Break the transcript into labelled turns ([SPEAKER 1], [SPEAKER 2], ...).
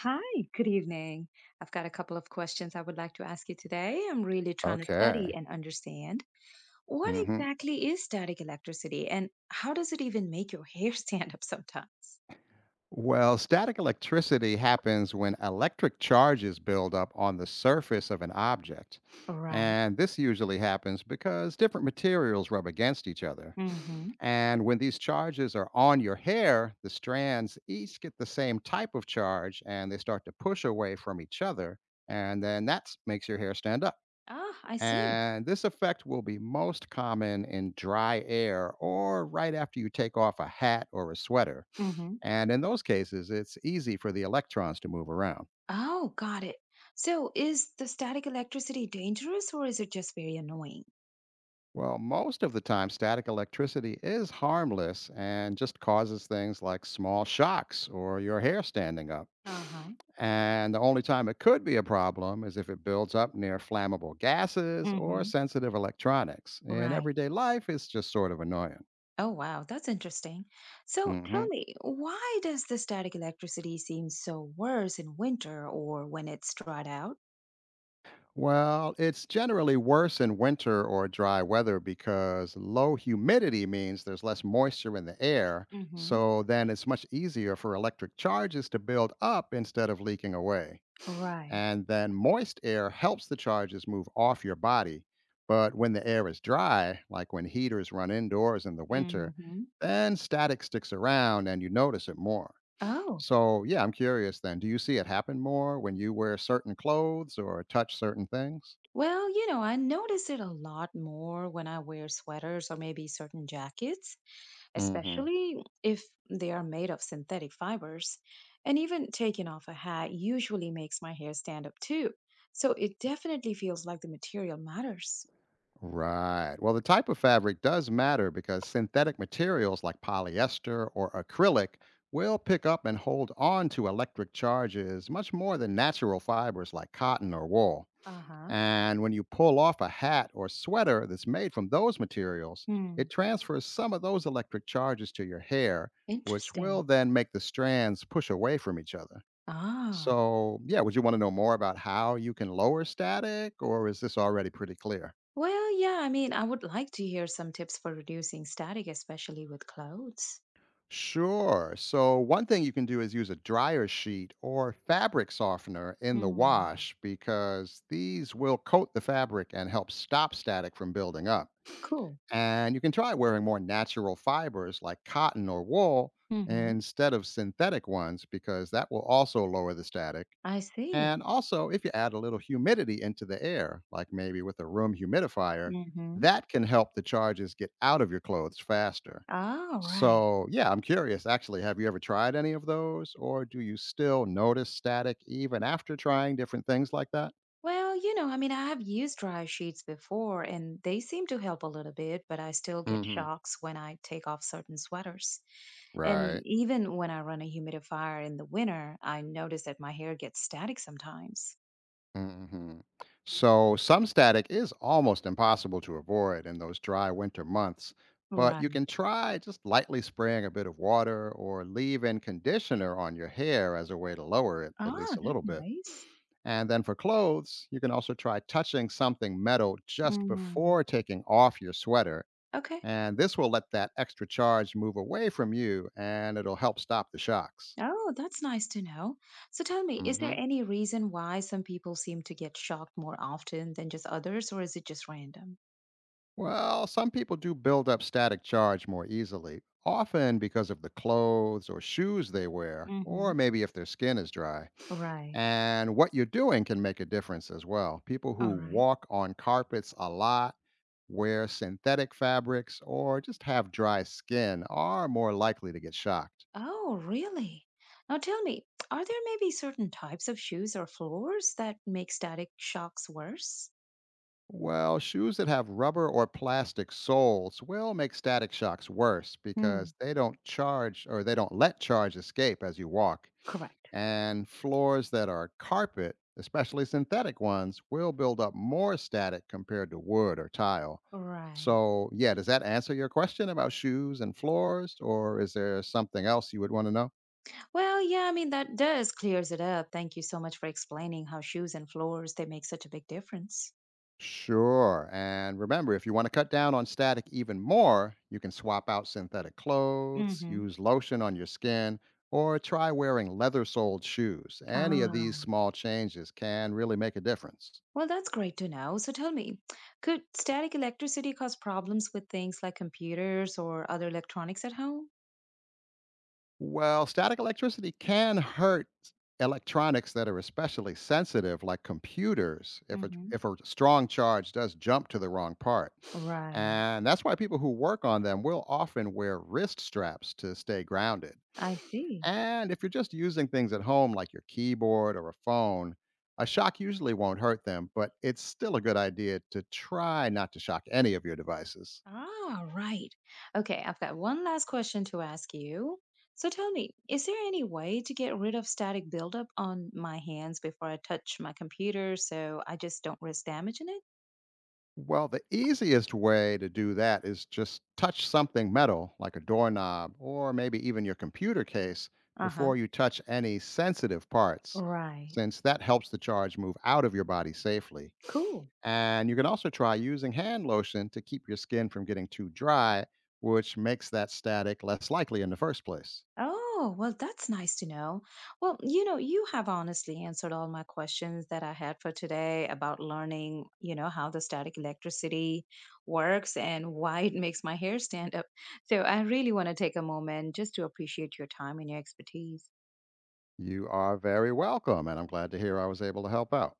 [SPEAKER 1] Hi, good evening. I've got a couple of questions I would like to ask you today. I'm really trying to study
[SPEAKER 2] Okay.
[SPEAKER 1] and understand what
[SPEAKER 2] hmm
[SPEAKER 1] exactly is static electricity and how does it even make your hair stand up sometimes?
[SPEAKER 2] Well, static electricity happens when electric charges build up on the surface of an object.
[SPEAKER 1] Right.
[SPEAKER 2] And this usually happens because different materials rub against each other.
[SPEAKER 1] Mm-hmm.
[SPEAKER 2] And when these charges are on your hair, the strands each get the same type of charge and they start to push away from each other. And then that makes your hair stand up.
[SPEAKER 1] Ah, I see.
[SPEAKER 2] And this effect will be most common in dry air or right after you take off a hat or a sweater.
[SPEAKER 1] Mm-hmm.
[SPEAKER 2] And in those cases, it's easy for the electrons to move around.
[SPEAKER 1] Oh, got it. So is the static electricity dangerous or is it just very annoying?
[SPEAKER 2] Well, most of the time, static electricity is harmless and just causes things like small shocks or your hair standing up.
[SPEAKER 1] Uh-huh.
[SPEAKER 2] And the only time it could be a problem is if it builds up near flammable gases or
[SPEAKER 1] Mm-hmm.
[SPEAKER 2] sensitive electronics. In
[SPEAKER 1] Right.
[SPEAKER 2] everyday life, it's just sort of annoying.
[SPEAKER 1] Oh, wow. That's interesting. So
[SPEAKER 2] hmm
[SPEAKER 1] tell me, why does the static electricity seem so worse in winter or when it's dried out?
[SPEAKER 2] Well, it's generally worse in winter or dry weather because low humidity means there's less moisture in the air.
[SPEAKER 1] Hmm.
[SPEAKER 2] So then it's much easier for electric charges to build up instead of leaking away.
[SPEAKER 1] Right.
[SPEAKER 2] And then moist air helps the charges move off your body. But when the air is dry, like when heaters run indoors in the winter,
[SPEAKER 1] Hmm.
[SPEAKER 2] then static sticks around and you notice it more.
[SPEAKER 1] Oh,
[SPEAKER 2] So, yeah, I'm curious then. Do you see it happen more when you wear certain clothes or touch certain things?
[SPEAKER 1] I notice it a lot more when I wear sweaters or maybe certain jackets,
[SPEAKER 2] Hmm.
[SPEAKER 1] especially if they are made of synthetic fibers. And even taking off a hat usually makes my hair stand up too. So it definitely feels like the material matters.
[SPEAKER 2] Right. Well, the type of fabric does matter because synthetic materials like polyester or acrylic will pick up and hold on to electric charges much more than natural fibers like cotton or wool.
[SPEAKER 1] Uh huh.
[SPEAKER 2] And when you pull off a hat or sweater that's made from those materials, it transfers some of those electric charges to your hair, which will
[SPEAKER 1] Interesting.
[SPEAKER 2] then make the strands push away from each other.
[SPEAKER 1] Ah,
[SPEAKER 2] So, yeah, would you want to know more about how you can lower static, or is this already pretty clear?
[SPEAKER 1] well, yeah, I mean, I would like to hear some tips for reducing static, especially with clothes.
[SPEAKER 2] Sure. So, one thing you can do is use a dryer sheet or fabric softener in the
[SPEAKER 1] Hmm.
[SPEAKER 2] wash because these will coat the fabric and help stop static from building up.
[SPEAKER 1] Cool.
[SPEAKER 2] And you can try wearing more natural fibers like cotton or wool
[SPEAKER 1] Mm-hmm.
[SPEAKER 2] instead of synthetic ones because that will also lower the static.
[SPEAKER 1] I see.
[SPEAKER 2] And also, if you add a little humidity into the air, like maybe with a room humidifier,
[SPEAKER 1] Mm-hmm.
[SPEAKER 2] that can help the charges get out of your clothes faster.
[SPEAKER 1] Oh, right.
[SPEAKER 2] So, yeah, I'm curious actually, have you ever tried any of those or do you still notice static even after trying different things like that?
[SPEAKER 1] Well, I mean, I have used dryer sheets before and they seem to help a little bit, but I still get
[SPEAKER 2] Hmm.
[SPEAKER 1] shocks when I take off certain sweaters. And
[SPEAKER 2] Right.
[SPEAKER 1] even when I run a humidifier in the winter, I notice that my hair gets static sometimes.
[SPEAKER 2] hmm So, some static is almost impossible to avoid in those dry winter months, but you
[SPEAKER 1] Right.
[SPEAKER 2] can try just lightly spraying a bit of water or leave in conditioner on your hair as a way to lower it at
[SPEAKER 1] Ah,
[SPEAKER 2] least a
[SPEAKER 1] that's
[SPEAKER 2] little bit.
[SPEAKER 1] nice.
[SPEAKER 2] And then for clothes, you can also try touching something metal just
[SPEAKER 1] Mm,
[SPEAKER 2] before taking off your sweater.
[SPEAKER 1] okay.
[SPEAKER 2] And this will let that extra charge move away from you and it'll help stop the shocks.
[SPEAKER 1] Oh, that's nice to know. So tell me, is there any reason why some people seem to get shocked more often than just others, or is it just random?
[SPEAKER 2] Well, some people do build up static charge more easily, often because of the clothes or shoes they wear, or
[SPEAKER 1] Hmm.
[SPEAKER 2] maybe if their skin is dry.
[SPEAKER 1] Right.
[SPEAKER 2] And what you're doing can make a difference as well. People
[SPEAKER 1] All
[SPEAKER 2] who
[SPEAKER 1] right.
[SPEAKER 2] walk on carpets a lot, wear synthetic fabrics, or just have dry skin are more likely to get shocked.
[SPEAKER 1] Oh, really? Now tell me, are there maybe certain types of shoes or floors that make static shocks worse?
[SPEAKER 2] Well, shoes that have rubber or plastic soles will make static shocks worse
[SPEAKER 1] Hmm,
[SPEAKER 2] because they don't charge or they don't let charge escape as you walk.
[SPEAKER 1] correct.
[SPEAKER 2] And floors that are carpet, especially synthetic ones, will build up more static compared to wood or tile.
[SPEAKER 1] Right.
[SPEAKER 2] So, yeah, does that answer your question about shoes and floors, or is there something else you would want to know?
[SPEAKER 1] Well, yeah, I mean that does clears it up. Thank you so much for explaining how shoes and floors they make such a big difference.
[SPEAKER 2] Sure. And remember, if you want to cut down on static even more, you can swap out synthetic clothes,
[SPEAKER 1] Hmm.
[SPEAKER 2] use lotion on your skin, or try wearing leather soled shoes. Any of these
[SPEAKER 1] Ah.
[SPEAKER 2] small changes can really make a difference.
[SPEAKER 1] Well, that's great to know. So tell me, could static electricity cause problems with things like computers or other electronics at home?
[SPEAKER 2] Well, static electricity can hurt electronics that are especially sensitive, like computers, if a,
[SPEAKER 1] Hmm.
[SPEAKER 2] if a strong charge does jump to the wrong part.
[SPEAKER 1] Right.
[SPEAKER 2] And that's why people who work on them will often wear wrist straps to stay grounded.
[SPEAKER 1] I see.
[SPEAKER 2] And if you're just using things at home, like your keyboard or a phone, a shock usually won't hurt them, but it's still a good idea to try not to shock any of your devices.
[SPEAKER 1] Ah, right. Okay, I've got one last question to ask you. So tell me, is there any way to get rid of static buildup on my hands before I touch my computer so I just don't risk damaging it?
[SPEAKER 2] Well, the easiest way to do that is just touch something metal, like a doorknob or maybe even your computer case,
[SPEAKER 1] Uh
[SPEAKER 2] before
[SPEAKER 1] huh.
[SPEAKER 2] you touch any sensitive parts,
[SPEAKER 1] Right.
[SPEAKER 2] since that helps the charge move out of your body safely.
[SPEAKER 1] Cool.
[SPEAKER 2] And you can also try using hand lotion to keep your skin from getting too dry, which makes that static less likely in the first place.
[SPEAKER 1] Oh, well, that's nice to know. Well, you have honestly answered all my questions that I had for today about learning, how the static electricity works and why it makes my hair stand up. So I really want to take a moment just to appreciate your time and your expertise.
[SPEAKER 2] You are very welcome, and I'm glad to hear I was able to help out.